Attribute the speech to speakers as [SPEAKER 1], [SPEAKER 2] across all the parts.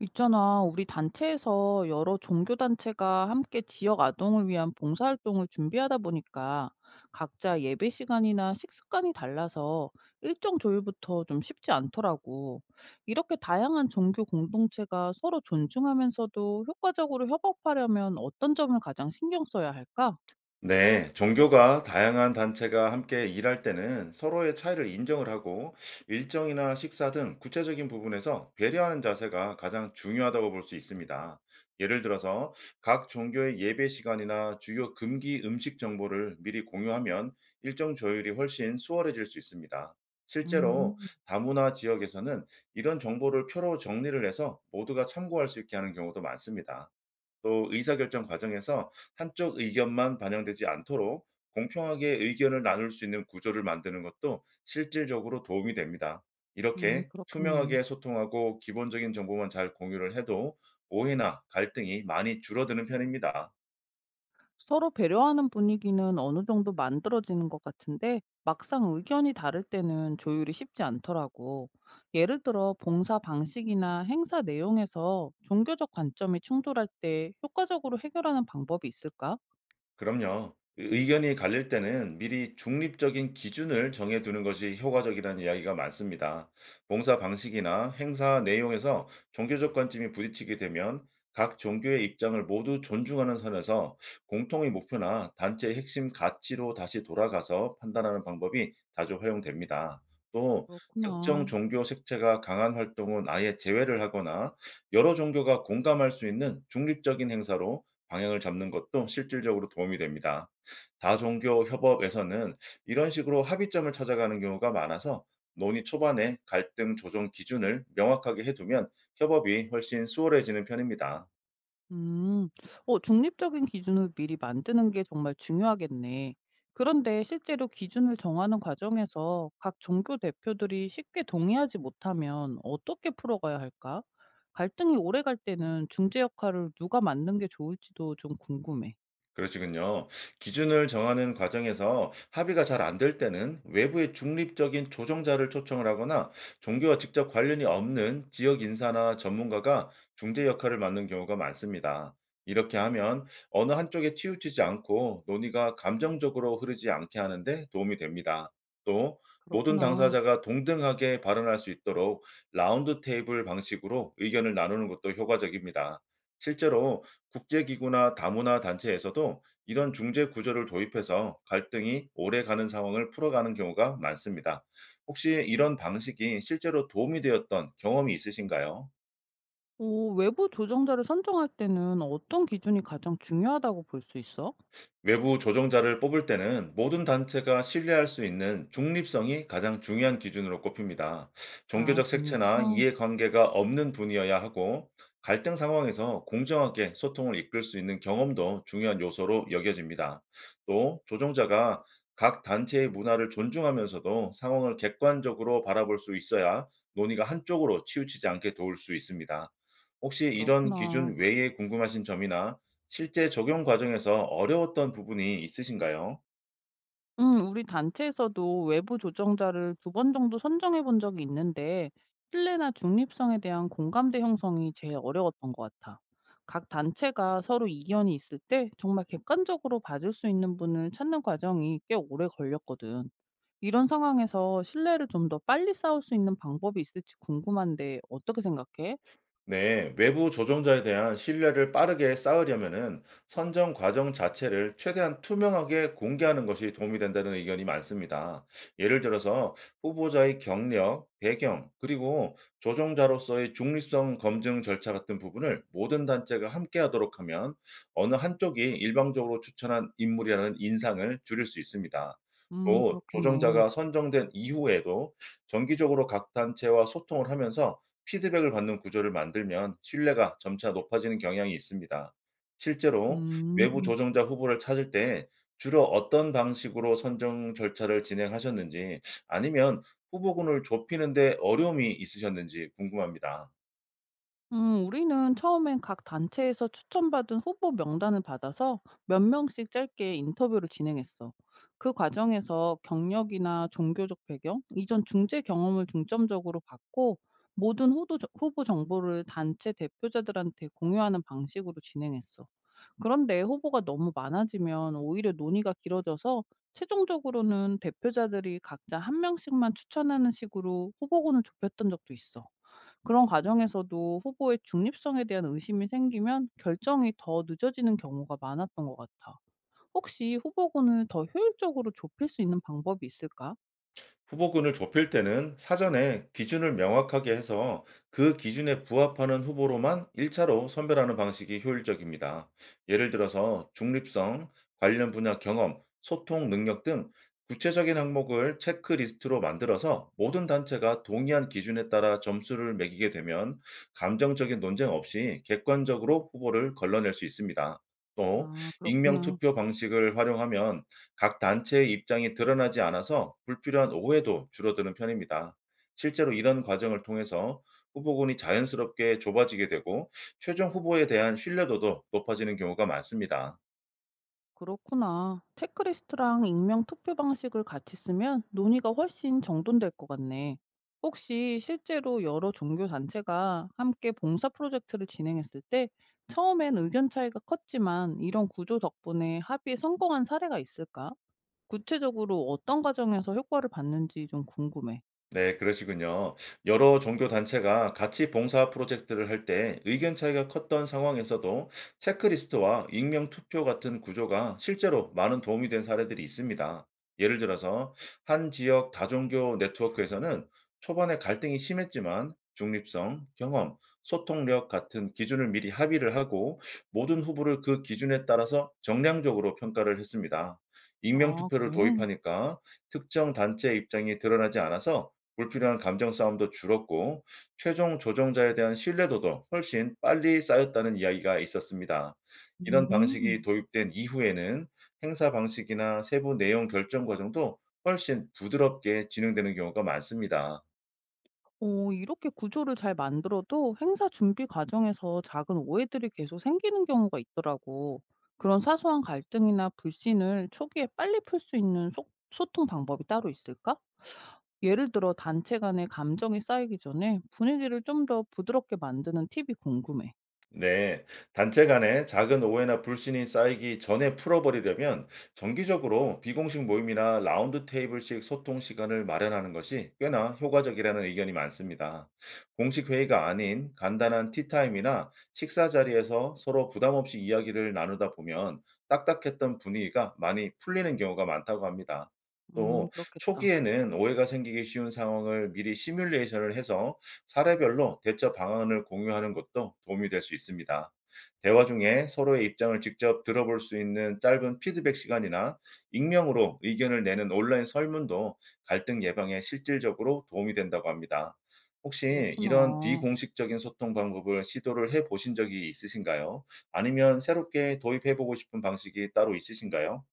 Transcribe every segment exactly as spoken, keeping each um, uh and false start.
[SPEAKER 1] 있잖아, 우리 단체에서 여러 종교단체가 함께 지역 아동을 위한 봉사활동을 준비하다 보니까 각자 예배 시간이나 식습관이 달라서 일정 조율부터 좀 쉽지 않더라고. 이렇게 다양한 종교 공동체가 서로 존중하면서도 효과적으로 협업하려면 어떤 점을 가장 신경 써야 할까?
[SPEAKER 2] 네, 종교가 다양한 단체가 함께 일할 때는 서로의 차이를 인정을 하고 일정이나 식사 등 구체적인 부분에서 배려하는 자세가 가장 중요하다고 볼 수 있습니다. 예를 들어서 각 종교의 예배 시간이나 주요 금기 음식 정보를 미리 공유하면 일정 조율이 훨씬 수월해질 수 있습니다. 실제로
[SPEAKER 1] 음,
[SPEAKER 2] 다문화 지역에서는 이런 정보를 표로 정리를 해서 모두가 참고할 수 있게 하는 경우도 많습니다. 또 의사결정 과정에서 한쪽 의견만 반영되지 않도록 공평하게 의견을 나눌 수 있는 구조를 만드는 것도 실질적으로 도움이 됩니다.
[SPEAKER 1] 음,
[SPEAKER 2] 이렇게
[SPEAKER 1] 그렇겠네.
[SPEAKER 2] 투명하게 소통하고 기본적인 정보만 잘 공유를 해도 오해나 갈등이 많이 줄어드는 편입니다.
[SPEAKER 1] 서로 배려하는 분위기는 어느 정도 만들어지는 것 같은데 막상 의견이 다를 때는 조율이 쉽지 않더라고. 예를 들어 봉사 방식이나 행사 내용에서 종교적 관점이 충돌할 때 효과적으로 해결하는 방법이 있을까?
[SPEAKER 2] 그럼요. 의- 의견이 갈릴 때는 미리 중립적인 기준을 정해두는 것이 효과적이라는 이야기가 많습니다. 봉사 방식이나 행사 내용에서 종교적 관점이 부딪히게 되면 각 종교의 입장을 모두 존중하는 선에서 공통의 목표나 단체의 핵심 가치로 다시 돌아가서 판단하는 방법이 자주 활용됩니다. 또 특정
[SPEAKER 1] 그렇구나.
[SPEAKER 2] 종교 색채가 강한 활동은 아예 제외를 하거나 여러 종교가 공감할 수 있는 중립적인 행사로 방향을 잡는 것도 실질적으로 도움이 됩니다. 다종교 협업에서는 이런 식으로 합의점을 찾아가는 경우가 많아서 논의 초반에 갈등 조정 기준을 명확하게 해두면 협업이 훨씬 수월해지는 편입니다.
[SPEAKER 1] 음, 어, 중립적인 기준을 미리 만드는 게 정말 중요하겠네. 그런데 실제로 기준을 정하는 과정에서 각 종교 대표들이 쉽게 동의하지 못하면 어떻게 풀어가야 할까? 갈등이 오래 갈 때는 중재 역할을 누가 맡는 게 좋을지도 좀 궁금해.
[SPEAKER 2] 그러시군요. 기준을 정하는 과정에서 합의가 잘 안 될 때는 외부의 중립적인 조정자를 초청을 하거나 종교와 직접 관련이 없는 지역 인사나 전문가가 중재 역할을 맡는 경우가 많습니다. 이렇게 하면 어느 한쪽에 치우치지 않고 논의가 감정적으로 흐르지 않게 하는데 도움이 됩니다. 또 모든
[SPEAKER 1] 그렇구나.
[SPEAKER 2] 당사자가 동등하게 발언할 수 있도록 라운드 테이블 방식으로 의견을 나누는 것도 효과적입니다. 실제로 국제기구나 다문화 단체에서도 이런 중재 구조를 도입해서 갈등이 오래 가는 상황을 풀어가는 경우가 많습니다. 혹시 이런 방식이 실제로 도움이 되었던 경험이 있으신가요?
[SPEAKER 1] 오, 외부 조정자를 선정할 때는 어떤 기준이 가장 중요하다고 볼 수 있어?
[SPEAKER 2] 외부 조정자를 뽑을 때는 모든 단체가 신뢰할 수 있는 중립성이 가장 중요한 기준으로 꼽힙니다.
[SPEAKER 1] 아,
[SPEAKER 2] 종교적 색채나
[SPEAKER 1] 중립성?
[SPEAKER 2] 이해관계가 없는 분이어야 하고 갈등 상황에서 공정하게 소통을 이끌 수 있는 경험도 중요한 요소로 여겨집니다. 또 조정자가 각 단체의 문화를 존중하면서도 상황을 객관적으로 바라볼 수 있어야 논의가 한쪽으로 치우치지 않게 도울 수 있습니다. 혹시 이런
[SPEAKER 1] 그렇구나.
[SPEAKER 2] 기준 외에 궁금하신 점이나 실제 적용 과정에서 어려웠던 부분이 있으신가요?
[SPEAKER 1] 음, 우리 단체에서도 외부 조정자를 두 번 정도 선정해 본 적이 있는데, 신뢰나 중립성에 대한 공감대 형성이 제일 어려웠던 것 같아. 각 단체가 서로 이견이 있을 때 정말 객관적으로 봐줄 수 있는 분을 찾는 과정이 꽤 오래 걸렸거든. 이런 상황에서 신뢰를 좀 더 빨리 쌓을 수 있는 방법이 있을지 궁금한데, 어떻게 생각해?
[SPEAKER 2] 네, 외부 조종자에 대한 신뢰를 빠르게 쌓으려면은 선정 과정 자체를 최대한 투명하게 공개하는 것이 도움이 된다는 의견이 많습니다. 예를 들어서 후보자의 경력, 배경, 그리고 조종자로서의 중립성 검증 절차 같은 부분을 모든 단체가 함께 하도록 하면 어느 한쪽이 일방적으로 추천한 인물이라는 인상을 줄일 수 있습니다.
[SPEAKER 1] 음,
[SPEAKER 2] 또
[SPEAKER 1] 그렇겠네.
[SPEAKER 2] 조정자가 선정된 이후에도 정기적으로 각 단체와 소통을 하면서 피드백을 받는 구조를 만들면 신뢰가 점차 높아지는 경향이 있습니다. 실제로
[SPEAKER 1] 음.
[SPEAKER 2] 외부 조정자 후보를 찾을 때 주로 어떤 방식으로 선정 절차를 진행하셨는지, 아니면 후보군을 좁히는데 어려움이 있으셨는지 궁금합니다.
[SPEAKER 1] 음, 우리는 처음엔 각 단체에서 추천받은 후보 명단을 받아서 몇 명씩 짧게 인터뷰를 진행했어. 그 과정에서 경력이나 종교적 배경, 이전 중재 경험을 중점적으로 받고 모든 후 후보 정보를 단체 대표자들한테 공유하는 방식으로 진행했어. 그런데 후보가 너무 많아지면 오히려 논의가 길어져서 최종적으로는 대표자들이 각자 한 명씩만 추천하는 식으로 후보군을 좁혔던 적도 있어. 그런 과정에서도 후보의 중립성에 대한 의심이 생기면 결정이 더 늦어지는 경우가 많았던 것 같아. 혹시 후보군을 더 효율적으로 좁힐 수 있는 방법이 있을까?
[SPEAKER 2] 후보군을 좁힐 때는 사전에 기준을 명확하게 해서 그 기준에 부합하는 후보로만 일 차로 선별하는 방식이 효율적입니다. 예를 들어서 중립성, 관련 분야 경험, 소통 능력 등 구체적인 항목을 체크리스트로 만들어서 모든 단체가 동의한 기준에 따라 점수를 매기게 되면 감정적인 논쟁 없이 객관적으로 후보를 걸러낼 수 있습니다. 또
[SPEAKER 1] 아,
[SPEAKER 2] 익명
[SPEAKER 1] 그렇구나.
[SPEAKER 2] 투표 방식을 활용하면 각 단체의 입장이 드러나지 않아서 불필요한 오해도 줄어드는 편입니다. 실제로 이런 과정을 통해서 후보군이 자연스럽게 좁아지게 되고 최종 후보에 대한 신뢰도도 높아지는 경우가 많습니다.
[SPEAKER 1] 그렇구나. 체크리스트랑 익명 투표 방식을 같이 쓰면 논의가 훨씬 정돈될 것 같네. 혹시 실제로 여러 종교 단체가 함께 봉사 프로젝트를 진행했을 때 처음엔 의견 차이가 컸지만 이런 구조 덕분에 합의에 성공한 사례가 있을까? 구체적으로 어떤 과정에서 효과를 봤는지 좀 궁금해.
[SPEAKER 2] 네, 그러시군요. 여러 종교 단체가 같이 봉사 프로젝트를 할 때 의견 차이가 컸던 상황에서도 체크리스트와 익명 투표 같은 구조가 실제로 많은 도움이 된 사례들이 있습니다. 예를 들어서 한 지역 다종교 네트워크에서는 초반에 갈등이 심했지만 중립성, 경험, 소통력 같은 기준을 미리 합의를 하고 모든 후보를 그 기준에 따라서 정량적으로 평가를 했습니다. 익명
[SPEAKER 1] 아
[SPEAKER 2] 투표를
[SPEAKER 1] 그래?
[SPEAKER 2] 도입하니까 특정 단체의 입장이 드러나지 않아서 불필요한 감정 싸움도 줄었고 최종 조정자에 대한 신뢰도도 훨씬 빨리 쌓였다는 이야기가 있었습니다. 이런 방식이
[SPEAKER 1] 음.
[SPEAKER 2] 도입된 이후에는 행사 방식이나 세부 내용 결정 과정도 훨씬 부드럽게 진행되는 경우가 많습니다.
[SPEAKER 1] 어 이렇게 구조를 잘 만들어도 행사 준비 과정에서 작은 오해들이 계속 생기는 경우가 있더라고. 그런 사소한 갈등이나 불신을 초기에 빨리 풀 수 있는 소, 소통 방법이 따로 있을까? 예를 들어 단체 간의 감정이 쌓이기 전에 분위기를 좀 더 부드럽게 만드는 팁이 궁금해.
[SPEAKER 2] 네, 단체 간에 작은 오해나 불신이 쌓이기 전에 풀어버리려면 정기적으로 비공식 모임이나 라운드 테이블식 소통 시간을 마련하는 것이 꽤나 효과적이라는 의견이 많습니다. 공식 회의가 아닌 간단한 티타임이나 식사 자리에서 서로 부담 없이 이야기를 나누다 보면 딱딱했던 분위기가 많이 풀리는 경우가 많다고 합니다.
[SPEAKER 1] 음,
[SPEAKER 2] 또
[SPEAKER 1] 그렇겠다.
[SPEAKER 2] 초기에는 오해가 생기기 쉬운 상황을 미리 시뮬레이션을 해서 사례별로 대처 방안을 공유하는 것도 도움이 될 수 있습니다. 대화 중에 서로의 입장을 직접 들어볼 수 있는 짧은 피드백 시간이나 익명으로 의견을 내는 온라인 설문도 갈등 예방에 실질적으로 도움이 된다고 합니다. 혹시 이런
[SPEAKER 1] 그렇구나.
[SPEAKER 2] 비공식적인 소통 방법을 시도를 해 보신 적이 있으신가요? 아니면 새롭게 도입해 보고 싶은 방식이 따로 있으신가요?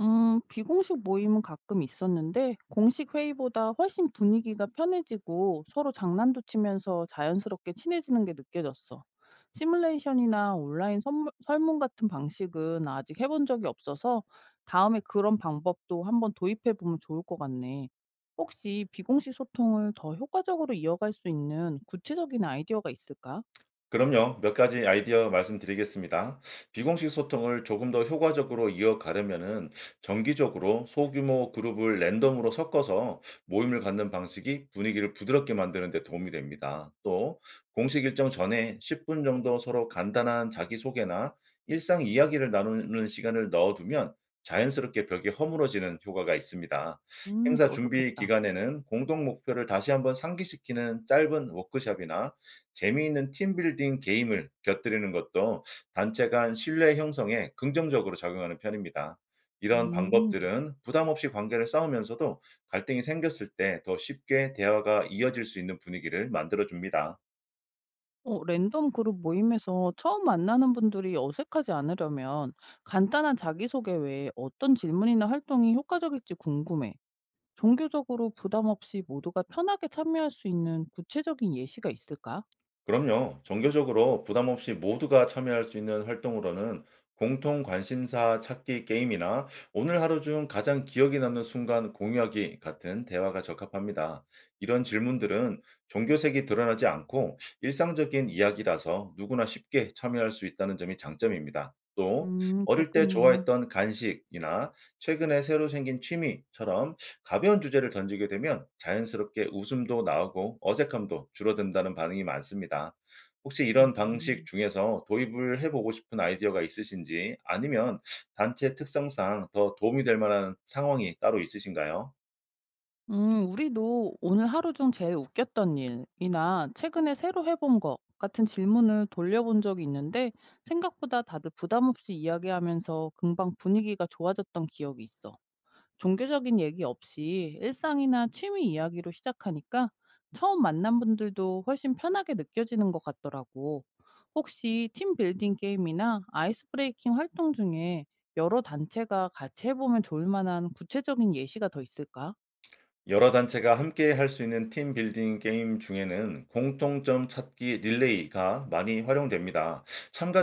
[SPEAKER 1] 음, 비공식 모임은 가끔 있었는데, 공식 회의보다 훨씬 분위기가 편해지고 서로 장난도 치면서 자연스럽게 친해지는 게 느껴졌어. 시뮬레이션이나 온라인 선물- 설문 같은 방식은 아직 해본 적이 없어서 다음에 그런 방법도 한번 도입해 보면 좋을 것 같네. 혹시 비공식 소통을 더 효과적으로 이어갈 수 있는 구체적인 아이디어가 있을까?
[SPEAKER 2] 그럼요. 몇 가지 아이디어 말씀드리겠습니다. 비공식 소통을 조금 더 효과적으로 이어가려면은 정기적으로 소규모 그룹을 랜덤으로 섞어서 모임을 갖는 방식이 분위기를 부드럽게 만드는 데 도움이 됩니다. 또 공식 일정 전에 십 분 정도 서로 간단한 자기소개나 일상 이야기를 나누는 시간을 넣어두면 자연스럽게 벽이 허물어지는 효과가 있습니다.
[SPEAKER 1] 음,
[SPEAKER 2] 행사
[SPEAKER 1] 그거
[SPEAKER 2] 준비
[SPEAKER 1] 좋겠다.
[SPEAKER 2] 기간에는 공동 목표를 다시 한번 상기시키는 짧은 워크숍이나 재미있는 팀빌딩 게임을 곁들이는 것도 단체 간 신뢰 형성에 긍정적으로 작용하는 편입니다. 이런
[SPEAKER 1] 음.
[SPEAKER 2] 방법들은 부담 없이 관계를 쌓으면서도 갈등이 생겼을 때 더 쉽게 대화가 이어질 수 있는 분위기를 만들어 줍니다.
[SPEAKER 1] 어, 랜덤 그룹 모임에서 처음 만나는 분들이 어색하지 않으려면 간단한 자기소개 외에 어떤 질문이나 활동이 효과적일지 궁금해. 종교적으로 부담 없이 모두가 편하게 참여할 수 있는 구체적인 예시가 있을까?
[SPEAKER 2] 그럼요. 정교적으로 부담 없이 모두가 참여할 수 있는 활동으로는 공통 관심사 찾기 게임이나 오늘 하루 중 가장 기억에 남는 순간 공유하기 같은 대화가 적합합니다. 이런 질문들은 종교색이 드러나지 않고 일상적인 이야기라서 누구나 쉽게 참여할 수 있다는 점이 장점입니다. 또
[SPEAKER 1] 음,
[SPEAKER 2] 어릴 때
[SPEAKER 1] 그렇겠네.
[SPEAKER 2] 좋아했던 간식이나 최근에 새로 생긴 취미처럼 가벼운 주제를 던지게 되면 자연스럽게 웃음도 나오고 어색함도 줄어든다는 반응이 많습니다. 혹시 이런 방식
[SPEAKER 1] 음,
[SPEAKER 2] 중에서 도입을 해보고 싶은 아이디어가 있으신지, 아니면 단체 특성상 더 도움이 될 만한 상황이 따로 있으신가요?
[SPEAKER 1] 음, 우리도 오늘 하루 중 제일 웃겼던 일이나 최근에 새로 해본 것 같은 질문을 돌려본 적이 있는데 생각보다 다들 부담 없이 이야기하면서 금방 분위기가 좋아졌던 기억이 있어. 종교적인 얘기 없이 일상이나 취미 이야기로 시작하니까 처음 만난 분들도 훨씬 편하게 느껴지는 것 같더라고. 혹시 팀 빌딩 게임이나 아이스 브레이킹 활동 중에 여러 단체가 같이 해보면 좋을 만한 구체적인 예시가 더 있을까?
[SPEAKER 2] 여러 단체가 함께 할 수 있는 팀 빌딩 게임 중에는 공통점 찾기 릴레이가 많이 활용됩니다.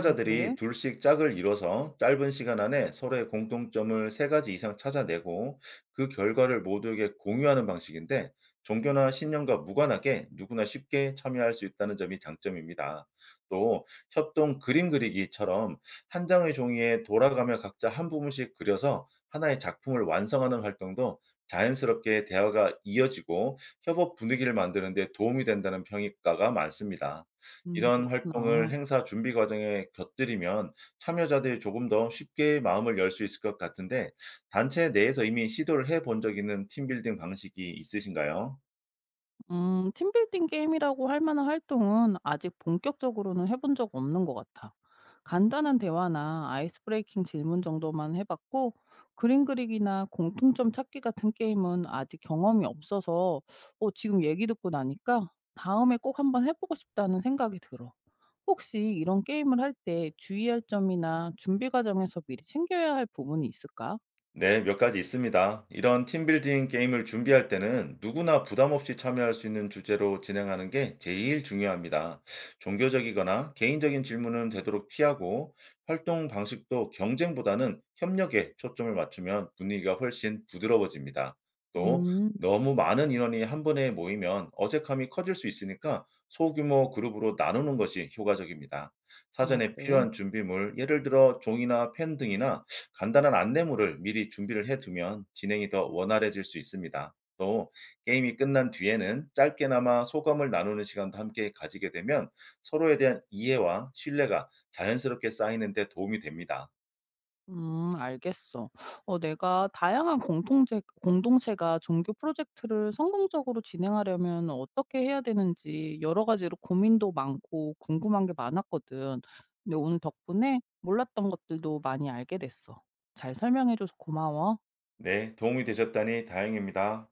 [SPEAKER 1] 음, 그래?
[SPEAKER 2] 둘씩 짝을 이뤄서 짧은 시간 안에 서로의 공통점을 세 가지 이상 찾아내고 그 결과를 모두에게 공유하는 방식인데, 종교나 신념과 무관하게 누구나 쉽게 참여할 수 있다는 점이 장점입니다. 또 협동 그림 그리기처럼 한 장의 종이에 돌아가며 각자 한 부분씩 그려서 하나의 작품을 완성하는 활동도 자연스럽게 대화가 이어지고 협업 분위기를 만드는 데 도움이 된다는 평가가 많습니다.
[SPEAKER 1] 음,
[SPEAKER 2] 이런 활동을
[SPEAKER 1] 그렇구나.
[SPEAKER 2] 행사 준비 과정에 곁들이면 참여자들이 조금 더 쉽게 마음을 열 수 있을 것 같은데, 단체 내에서 이미 시도를 해본 적 있는 팀빌딩 방식이 있으신가요?
[SPEAKER 1] 음, 팀빌딩 게임이라고 할 만한 활동은 아직 본격적으로는 해본 적 없는 것 같아. 간단한 대화나 아이스 브레이킹 질문 정도만 해봤고, 그림 그리기나 공통점 찾기 같은 게임은 아직 경험이 없어서, 어, 지금 얘기 듣고 나니까 다음에 꼭 한번 해보고 싶다는 생각이 들어. 혹시 이런 게임을 할 때 주의할 점이나 준비 과정에서 미리 챙겨야 할 부분이 있을까?
[SPEAKER 2] 네, 몇 가지 있습니다. 이런 팀빌딩 게임을 준비할 때는 누구나 부담 없이 참여할 수 있는 주제로 진행하는 게 제일 중요합니다. 종교적이거나 개인적인 질문은 되도록 피하고 활동 방식도 경쟁보다는 협력에 초점을 맞추면 분위기가 훨씬 부드러워집니다. 또
[SPEAKER 1] 음,
[SPEAKER 2] 너무 많은 인원이 한 번에 모이면 어색함이 커질 수 있으니까 소규모 그룹으로 나누는 것이 효과적입니다.
[SPEAKER 1] 아,
[SPEAKER 2] 사전에
[SPEAKER 1] 그래.
[SPEAKER 2] 필요한 준비물, 예를 들어 종이나 펜 등이나 간단한 안내물을 미리 준비를 해 두면 진행이 더 원활해질 수 있습니다. 또 게임이 끝난 뒤에는 짧게나마 소감을 나누는 시간도 함께 가지게 되면 서로에 대한 이해와 신뢰가 자연스럽게 쌓이는 데 도움이 됩니다.
[SPEAKER 1] 음, 알겠어. 어, 내가 다양한 공동체, 공동체가 종교 프로젝트를 성공적으로 진행하려면 어떻게 해야 되는지 여러 가지로 고민도 많고 궁금한 게 많았거든. 근데 오늘 덕분에 몰랐던 것들도 많이 알게 됐어. 잘 설명해줘서 고마워.
[SPEAKER 2] 네, 도움이 되셨다니 다행입니다.